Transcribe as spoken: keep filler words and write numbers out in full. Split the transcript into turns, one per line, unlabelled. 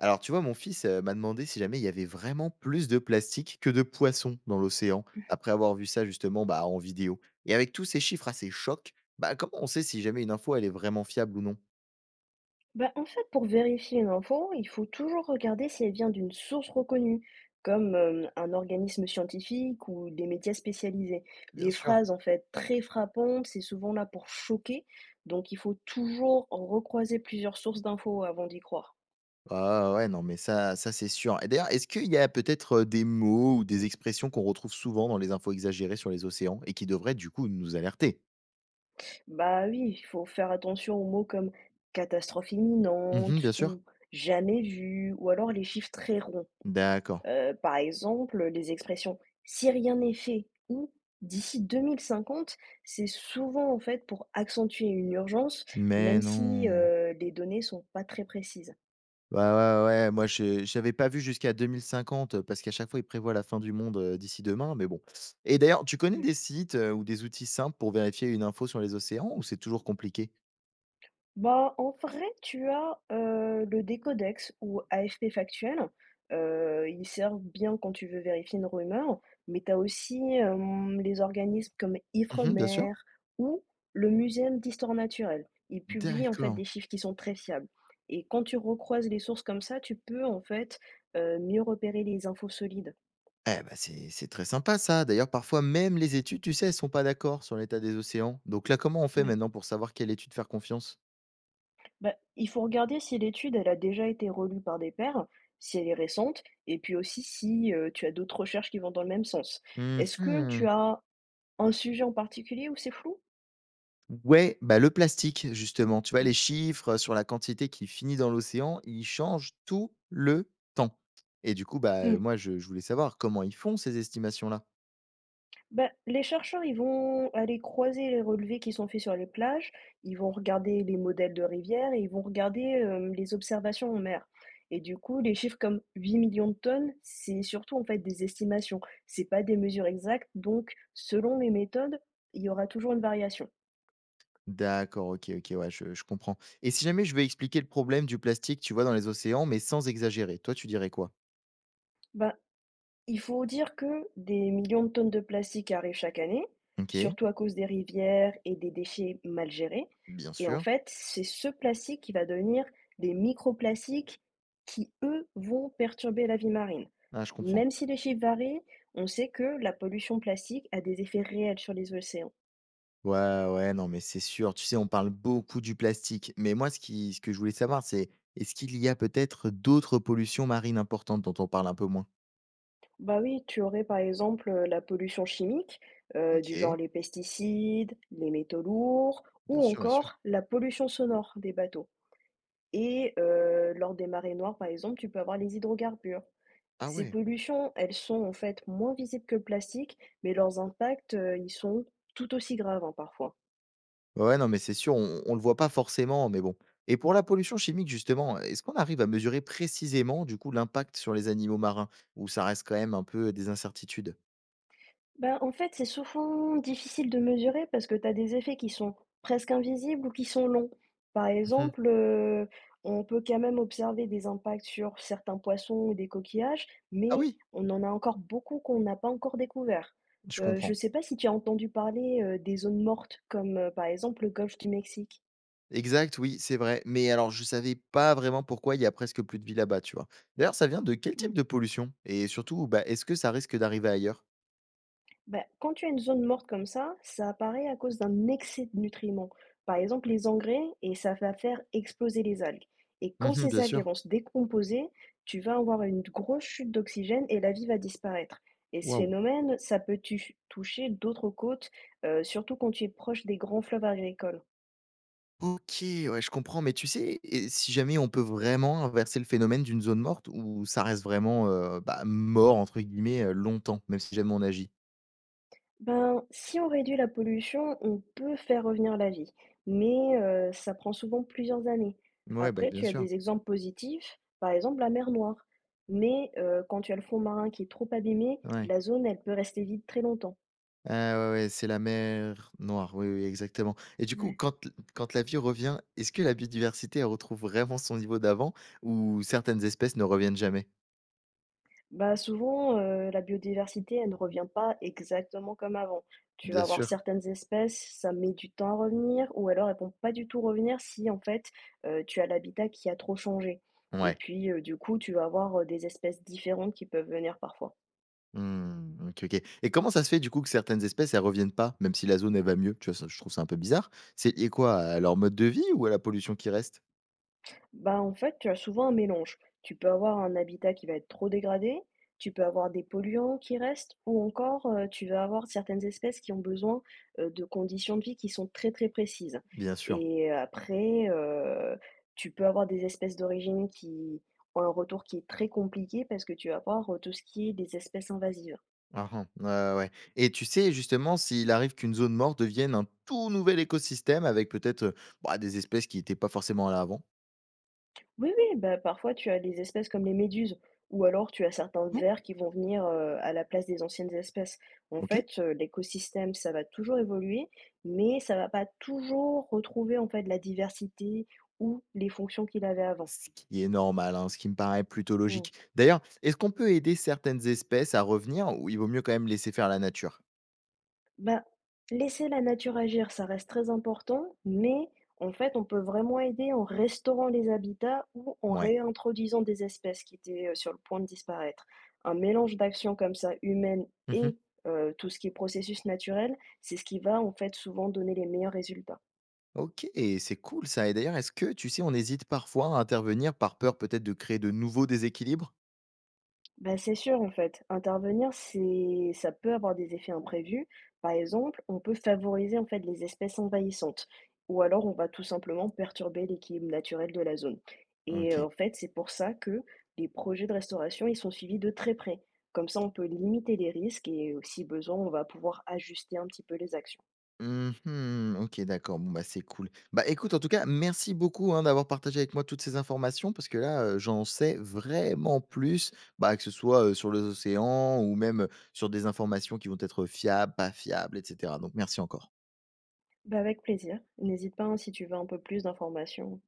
Alors, tu vois, mon fils euh, m'a demandé si jamais il y avait vraiment plus de plastique que de poissons dans l'océan, après avoir vu ça justement, bah, en vidéo. Et avec tous ces chiffres assez chocs, bah, comment on sait si jamais une info elle est vraiment fiable ou non.
Bah, en fait, pour vérifier une info, il faut toujours regarder si elle vient d'une source reconnue, comme euh, un organisme scientifique ou des médias spécialisés.
Bien
Les
sûr.
phrases, en fait, très frappantes, c'est souvent là pour choquer, donc il faut toujours recroiser plusieurs sources d'infos avant d'y croire.
Ah ouais, non, mais ça, ça c'est sûr. Et d'ailleurs, est-ce qu'il y a peut-être euh, des mots ou des expressions qu'on retrouve souvent dans les infos exagérées sur les océans et qui devraient du coup nous alerter?
Bah oui, il faut faire attention aux mots comme catastrophe
Mhm,
imminente
bien sûr.
ou jamais vu, ou alors les chiffres très ronds.
D'accord.
Heu, par exemple, les expressions «si rien n'est fait» ou «d'ici deux mille cinquante», c'est souvent en fait pour accentuer une urgence,
Mais
même si,
non.
heu, les données sont pas très précises.
Bah, ouais, ouais, moi je j'avais pas vu jusqu'à deux mille cinquante, heu, parce qu'à chaque fois, ils prévoient la fin du monde, heu, d'ici demain, mais bon. Et d'ailleurs, tu connais des sites, heu, ou des outils simples pour vérifier une info sur les océans ou c'est toujours compliqué?
Bah, en vrai, tu as, heu, le Décodex ou A F P Factuel. Heu, ils servent bien quand tu veux vérifier une rumeur, mais tu as aussi, hem, les organismes comme
Mmh, bien sûr.
Ifremer ou le Muséum d'histoire naturelle. Ils publient, en fait,
D'accord.
des chiffres qui sont très fiables et quand tu recroises les sources comme ça, tu peux, en fait, heu, mieux repérer les infos solides.
Eh ben c'est c'est très sympa ça. D'ailleurs, parfois, même les études, tu sais, elles sont pas d'accord sur l'état des océans. Donc là, comment on fait
Oui.
maintenant pour savoir quelle étude faire confiance?
Bah, il faut regarder si l'étude, elle a déjà été relue par des pairs, si elle est récente, et puis aussi si euh, tu as d'autres recherches qui vont dans le même sens. Est-ce que tu
Mmh.
as un sujet en particulier où c'est flou?
Ouais, bah, le plastique justement, tu vois? Les
Oui.
chiffres sur la quantité qui finit dans l'océan, ils changent tout le temps et du coup, bah, heu,
Hmm.
moi je je voulais savoir comment ils font ces estimations-là?
Bah, les chercheurs, ils vont aller croiser les relevés qui sont faits sur les plages, ils vont regarder les modèles de rivières et ils vont regarder euh, les observations en mer. Et du coup, les chiffres comme huit millions de tonnes, c'est surtout en fait des estimations, c'est pas des mesures exactes, donc selon les méthodes, il y aura toujours une variation.
D'accord, OK, OK, ouais, je je comprends et si jamais je veux expliquer le problème du plastique, tu vois? Dans les océans, mais sans exagérer, toi tu dirais quoi?
Ben, il faut dire que des millions de tonnes de plastique arrivent chaque année,
OK,
surtout à cause des rivières et des déchets mal gérés.
bien
Et en
sûr.
fait, c'est ce plastique qui va devenir des microplastiques qui, eux, vont perturber la vie marine.
Ah, je comprends.
Même si les chiffres varient, on sait que la pollution plastique a des effets réels sur les océans.
Ouais, ouais, non, mais c'est sûr, tu sais? On parle beaucoup du plastique, mais moi ce qui ce que je voulais savoir, c'est est-ce qu'il y a peut-être d'autres pollutions marines importantes dont on parle un peu moins?
Bah oui, tu aurais par exemple euh, la pollution chimique, euh, du genre
OK.
les pesticides, les métaux lourds, ou
Bien sûr, bien sûr.
encore la pollution sonore des bateaux. Et heu, lors des marées noires, par exemple, tu peux avoir les hydrocarbures.
Ah
Ces
ouais.
pollutions, elles sont, en fait, moins visibles que le plastique, mais leurs impacts, heu, ils sont tout aussi graves, hein, parfois.
Ouais, ouais, non, mais c'est sûr, on on le voit pas forcément, mais bon. Et pour la pollution chimique, justement, est-ce qu'on arrive à mesurer précisément, du coup, l'impact sur les animaux marins? Ou ça reste quand même un peu des incertitudes?
Ben en fait, c'est souvent difficile de mesurer parce que tu as des effets qui sont presque invisibles ou qui sont longs. Par
Mmh.
exemple, heu, on peut quand même observer des impacts sur certains poissons ou des coquillages,
Ah
mais
oui,
on en a encore beaucoup qu'on n'a pas encore découverts.
je
Heu, je ne
comprends.
sais pas si tu as entendu parler, heu, des zones mortes comme, heu, par exemple, le golfe du Mexique?
Exact, oui, c'est vrai. Mais alors, je savais pas vraiment pourquoi il y a presque plus de vie là-bas, tu vois? D'ailleurs, ça vient de quel type
Mmh.
de pollution? Et surtout, bah, est-ce que ça risque d'arriver ailleurs?
Ben, quand tu as une zone morte comme ça, ça apparaît à cause d'un excès de nutriments. Par exemple, les engrais, et ça va faire exploser les algues. Et quand
Mmh,
ces
bien
algues elles
sûr.
vont se décomposer, tu vas avoir une grosse chute d'oxygène et la vie va disparaître. Et ce
Waouh!
phénomène, ça peut tu- toucher d'autres côtes, euh, surtout quand tu es proche des grands fleuves agricoles.
OK, ouais, je comprends, mais tu sais, et si jamais on peut vraiment inverser le phénomène d'une zone morte où ça reste vraiment, heu, bah, «mort» entre guillemets, heu, longtemps, même si jamais on agit?
Ben, si on réduit la pollution, on peut faire revenir la vie, mais euh, ça prend souvent plusieurs années.
Ouais, bah,
Après,
bien
tu as
sûr,
des exemples positifs, par exemple la mer Noire. Mais euh, quand tu as le fond marin qui est trop abîmé,
ouais.
la zone, elle peut rester vide très longtemps.
Ah ouais, ouais, c'est la mer Noire, oui, oui, exactement et du coup,
Ouais.
quand quand la vie revient, est-ce que la biodiversité, elle retrouve vraiment son niveau d'avant ou certaines espèces ne reviennent jamais?
Bah, souvent, heu, la biodiversité, elle ne revient pas exactement comme avant. Tu vas
Bien
avoir
sûr?
certaines espèces, ça met du temps à revenir ou alors elles vont pas du tout revenir si en fait, heu, tu as l'habitat qui a trop changé et
Ouais.
puis, heu, du coup, tu vas avoir, heu, des espèces différentes qui peuvent venir parfois.
Mmh, OK, OK. Et comment ça se fait du coup que certaines espèces, elles reviennent pas, même si la zone, elle va mieux? Tu vois, ça je trouve ça un peu bizarre. C'est lié quoi? À leur mode de vie ou à la pollution qui reste?
Bah, en fait, tu as souvent un mélange. Tu peux avoir un habitat qui va être trop dégradé, tu peux avoir des polluants qui restent, ou encore euh, tu vas avoir certaines espèces qui ont besoin euh, de conditions de vie qui sont très très précises.
Bien sûr.
Et après, euh, tu peux avoir des espèces d'origine qui ont un retour qui est très compliqué parce que tu vas avoir euh, tout ce qui est des espèces invasives.
Ah mh. Ouais, ouais, ouais. Et tu sais justement s'il arrive qu'une zone morte devienne un tout nouvel écosystème avec peut-être, heu, bah, des espèces qui n'étaient pas forcément là avant?
Oui, oui, bah, parfois tu as des espèces comme les méduses, ou alors tu as certains
Non?
vers qui vont venir euh, à la place des anciennes espèces. En
OK.
fait, euh, l'écosystème, ça va toujours évoluer, mais ça va pas toujours retrouver en fait la diversité ou les fonctions qu'il avait avant.
Ce qui est normal, hein, ce qui me paraît plutôt
Mm.
logique. D'ailleurs, est-ce qu'on peut aider certaines espèces à revenir ou il vaut mieux quand même laisser faire la nature?
Ben, laisser la nature agir, ça reste très important, mais en fait, on peut vraiment aider en restaurant les habitats ou en
Ouais.
réintroduisant des espèces qui étaient euh, sur le point de disparaître. Un mélange d'actions comme ça, humaines et euh, tout ce qui est processus naturel, c'est ce qui va en fait souvent donner les meilleurs résultats.
OK, c'est cool ça et d'ailleurs, est-ce que tu sais, on hésite parfois à intervenir par peur peut-être de créer de nouveaux déséquilibres?
Bah, c'est sûr, en fait. Intervenir, c'est, ça peut avoir des effets imprévus. Par exemple, on peut favoriser en fait les espèces envahissantes, ou alors on va tout simplement perturber l'équilibre naturel de la zone. Et euh,
OK.
en fait, c'est pour ça que les projets de restauration, ils sont suivis de très près. Comme ça, on peut limiter les risques et, euh, si besoin, on va pouvoir ajuster un petit peu les actions.
Mmh, OK, d'accord. Bon, bah, c'est cool. Bah, écoute, en tout cas, merci beaucoup, hein, d'avoir partagé avec moi toutes ces informations parce que là, heu, j'en sais vraiment plus, bah, que ce soit, heu, sur les océans ou même, sur des informations qui vont être fiables, pas fiables et cetera donc merci encore.
Bah, avec plaisir. N'hésite pas hein, si tu veux un peu plus d'informations.